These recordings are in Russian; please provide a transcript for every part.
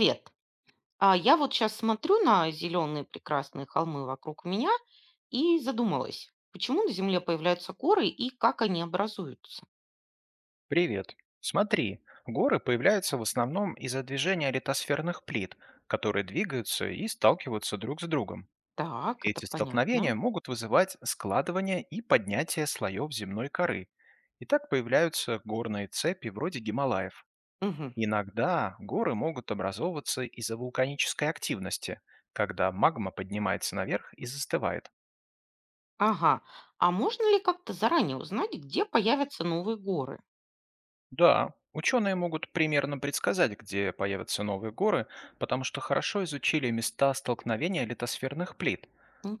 Привет. А я вот сейчас смотрю на зеленые прекрасные холмы вокруг меня и задумалась, почему на Земле появляются горы и как они образуются? Привет. Смотри, горы появляются в основном из-за движения литосферных плит, которые двигаются и сталкиваются друг с другом. Так, это Эти понятно. столкновения могут вызывать складывание и поднятие слоев земной коры. И так появляются горные цепи вроде Гималаев. Мгм. Иногда горы могут образовываться из-за вулканической активности, когда магма поднимается наверх и застывает. Ага. А можно ли как-то заранее узнать, где появятся новые горы? Да, ученые могут примерно предсказать, где появятся новые горы, потому что хорошо изучили места столкновения литосферных плит.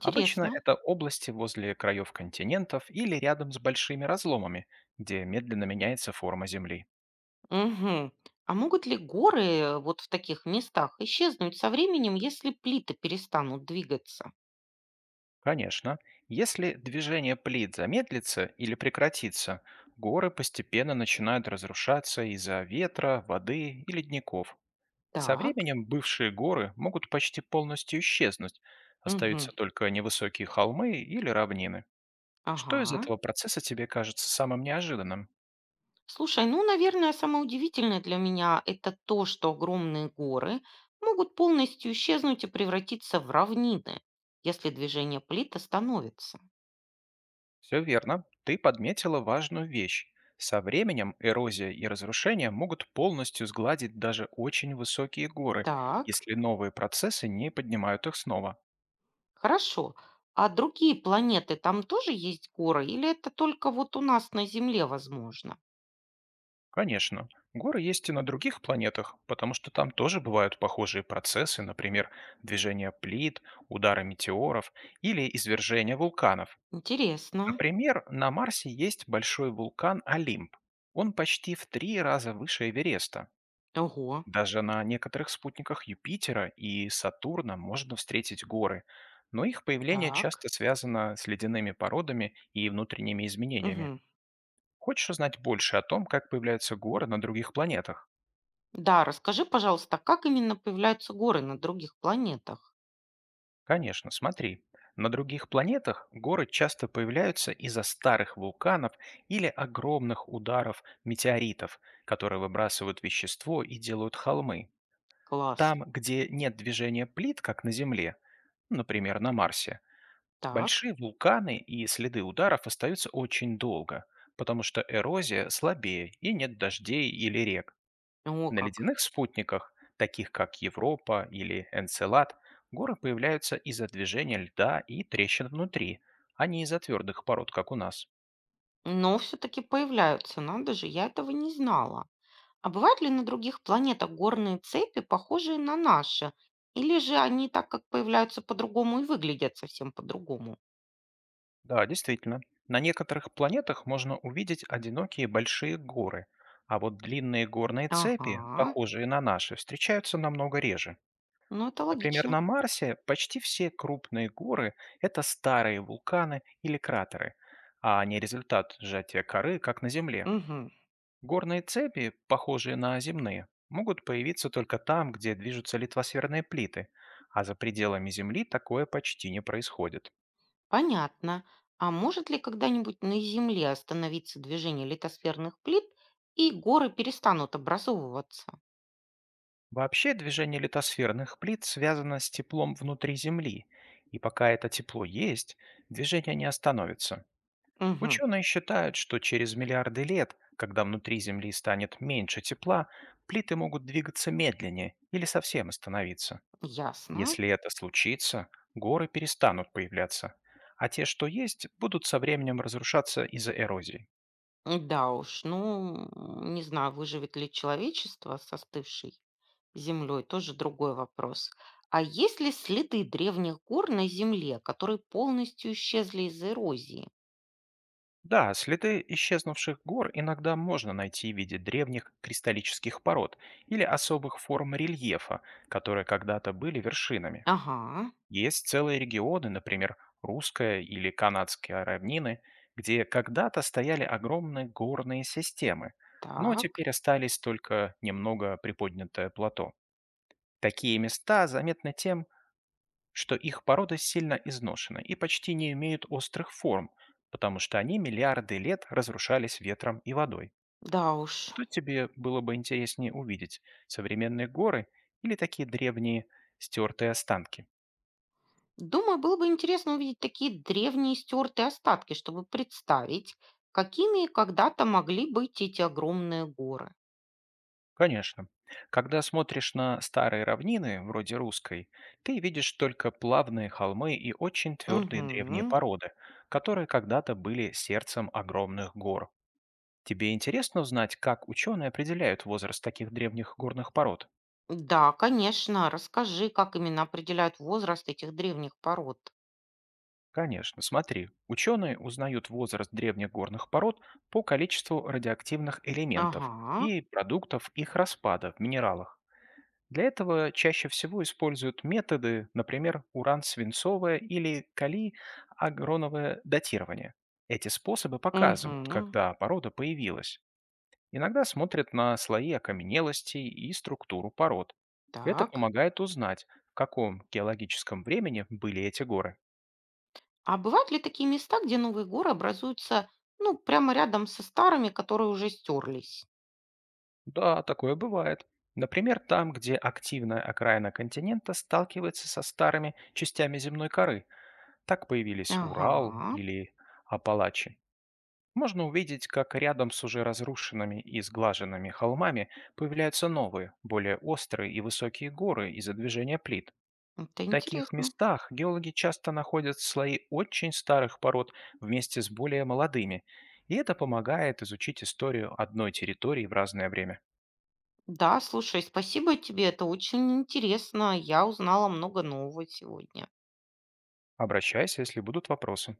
Обычно это области возле краев континентов или рядом с большими разломами, где медленно меняется форма Земли. Мгм. А могут ли горы вот в таких местах исчезнуть со временем, если плиты перестанут двигаться? Конечно, если движение плит замедлится или прекратится, горы постепенно начинают разрушаться из-за ветра, воды и ледников. Со Так. временем бывшие горы могут почти полностью исчезнуть, Мгм. остаются только невысокие холмы или равнины. Что из Ага. этого процесса тебе кажется самым неожиданным? Слушай, ну, наверное, самое удивительное для меня – это то, что огромные горы могут полностью исчезнуть и превратиться в равнины, если движение плит остановится. Все верно, ты подметила важную вещь. Со временем эрозия и разрушение могут полностью сгладить даже очень высокие горы, Так, если новые процессы не поднимают их снова. хорошо. А другие планеты, там тоже есть горы? Или это только вот у нас на Земле возможно? Конечно. Горы есть и на других планетах, потому что там тоже бывают похожие процессы, например, движение плит, удары метеоров или извержение вулканов. Интересно. Например, на Марсе есть большой вулкан Олимп. Он почти в три раза выше Эвереста. Ого, Даже на некоторых спутниках Юпитера и Сатурна можно встретить горы, но их появление так. часто связано с ледяными породами и внутренними изменениями. Мгм. Хочешь узнать больше о том, как появляются горы на других планетах? Да, расскажи, пожалуйста, как именно появляются горы на других планетах? Конечно, смотри. На других планетах горы часто появляются из-за старых вулканов или огромных ударов метеоритов, которые выбрасывают вещество и делают холмы. Класс. Там, где нет движения плит, как на Земле, ну, например, на Марсе, Так. большие вулканы и следы ударов остаются очень долго, потому что эрозия слабее и нет дождей или рек. О, На как. ледяных спутниках, таких как Европа или Энцелад, горы появляются из-за движения льда и трещин внутри, а не из-за твердых пород, как у нас. Но все-таки появляются, надо же, я этого не знала. А бывают ли на других планетах горные цепи, похожие на наши? Или же они так как появляются по-другому и выглядят совсем по-другому? Да, действительно. На некоторых планетах можно увидеть одинокие большие горы, а вот длинные горные цепи, Ага, похожие на наши, встречаются намного реже. ну это Например, логично. на Марсе почти все крупные горы– это старые вулканы или кратеры, а не результат сжатия коры, как на Земле. Мгм. Горные цепи, похожие на земные, могут появиться только там, где движутся литосферные плиты, а за пределами Земли такое почти не происходит. Понятно. А может ли когда-нибудь на Земле остановиться движение литосферных плит, и горы перестанут образовываться? Вообще движение литосферных плит связано с теплом внутри Земли, и пока это тепло есть, движение не остановится. Угу, Ученые считают, что через миллиарды лет, когда внутри Земли станет меньше тепла, плиты могут двигаться медленнее или совсем остановиться. ясно. Если это случится, горы перестанут появляться, а те, что есть, будут со временем разрушаться из-за эрозии. Да уж, ну, не знаю, выживет ли человечество со остывшей землей, тоже другой вопрос. А есть ли следы древних гор на земле, которые полностью исчезли из эрозии? Да, следы исчезнувших гор иногда можно найти в виде древних кристаллических пород или особых форм рельефа, которые когда-то были вершинами. Ага, Есть целые регионы, например, русская или канадская равнины, где когда-то стояли огромные горные системы, но так, теперь остались только немного приподнятое плато. Такие места заметны тем, что их порода сильно изношена и почти не имеют острых форм, потому что они миллиарды лет разрушались ветром и водой. да уж. Что тебе было бы интереснее увидеть? Современные горы или такие древние стертые останки? Думаю, было бы интересно увидеть такие древние стертые остатки, чтобы представить, какими когда-то могли быть эти огромные горы. Конечно. Когда смотришь на старые равнины, вроде русской, ты видишь только плавные холмы и очень твердые древние Угу. породы, которые когда-то были сердцем огромных гор. Тебе интересно узнать, как ученые определяют возраст таких древних горных пород? Да, конечно. Расскажи, как именно определяют возраст этих древних пород. Конечно, смотри. Ученые узнают возраст древних горных пород по количеству радиоактивных элементов Ага, и продуктов их распада в минералах. Для этого чаще всего используют методы, например, уран-свинцовое или калий-агроновое датирование. Эти способы показывают, угу, когда порода появилась. Иногда смотрят на слои окаменелостей и структуру пород. Это так. помогает узнать, в каком геологическом времени были эти горы. А бывают ли такие места, где новые горы образуются, ну, прямо рядом со старыми, которые уже стерлись? Да, такое бывает. Например, там, где активная окраина континента сталкивается со старыми частями земной коры. Так появились Урал Ага, или Апалачи. Можно увидеть, как рядом с уже разрушенными и сглаженными холмами появляются новые, более острые и высокие горы из-за движения плит. это В таких интересно. местах геологи часто находят слои очень старых пород вместе с более молодыми, и это помогает изучить историю одной территории в разное время. Да, слушай, спасибо тебе, это очень интересно. Я узнала много нового сегодня. Обращайся, если будут вопросы.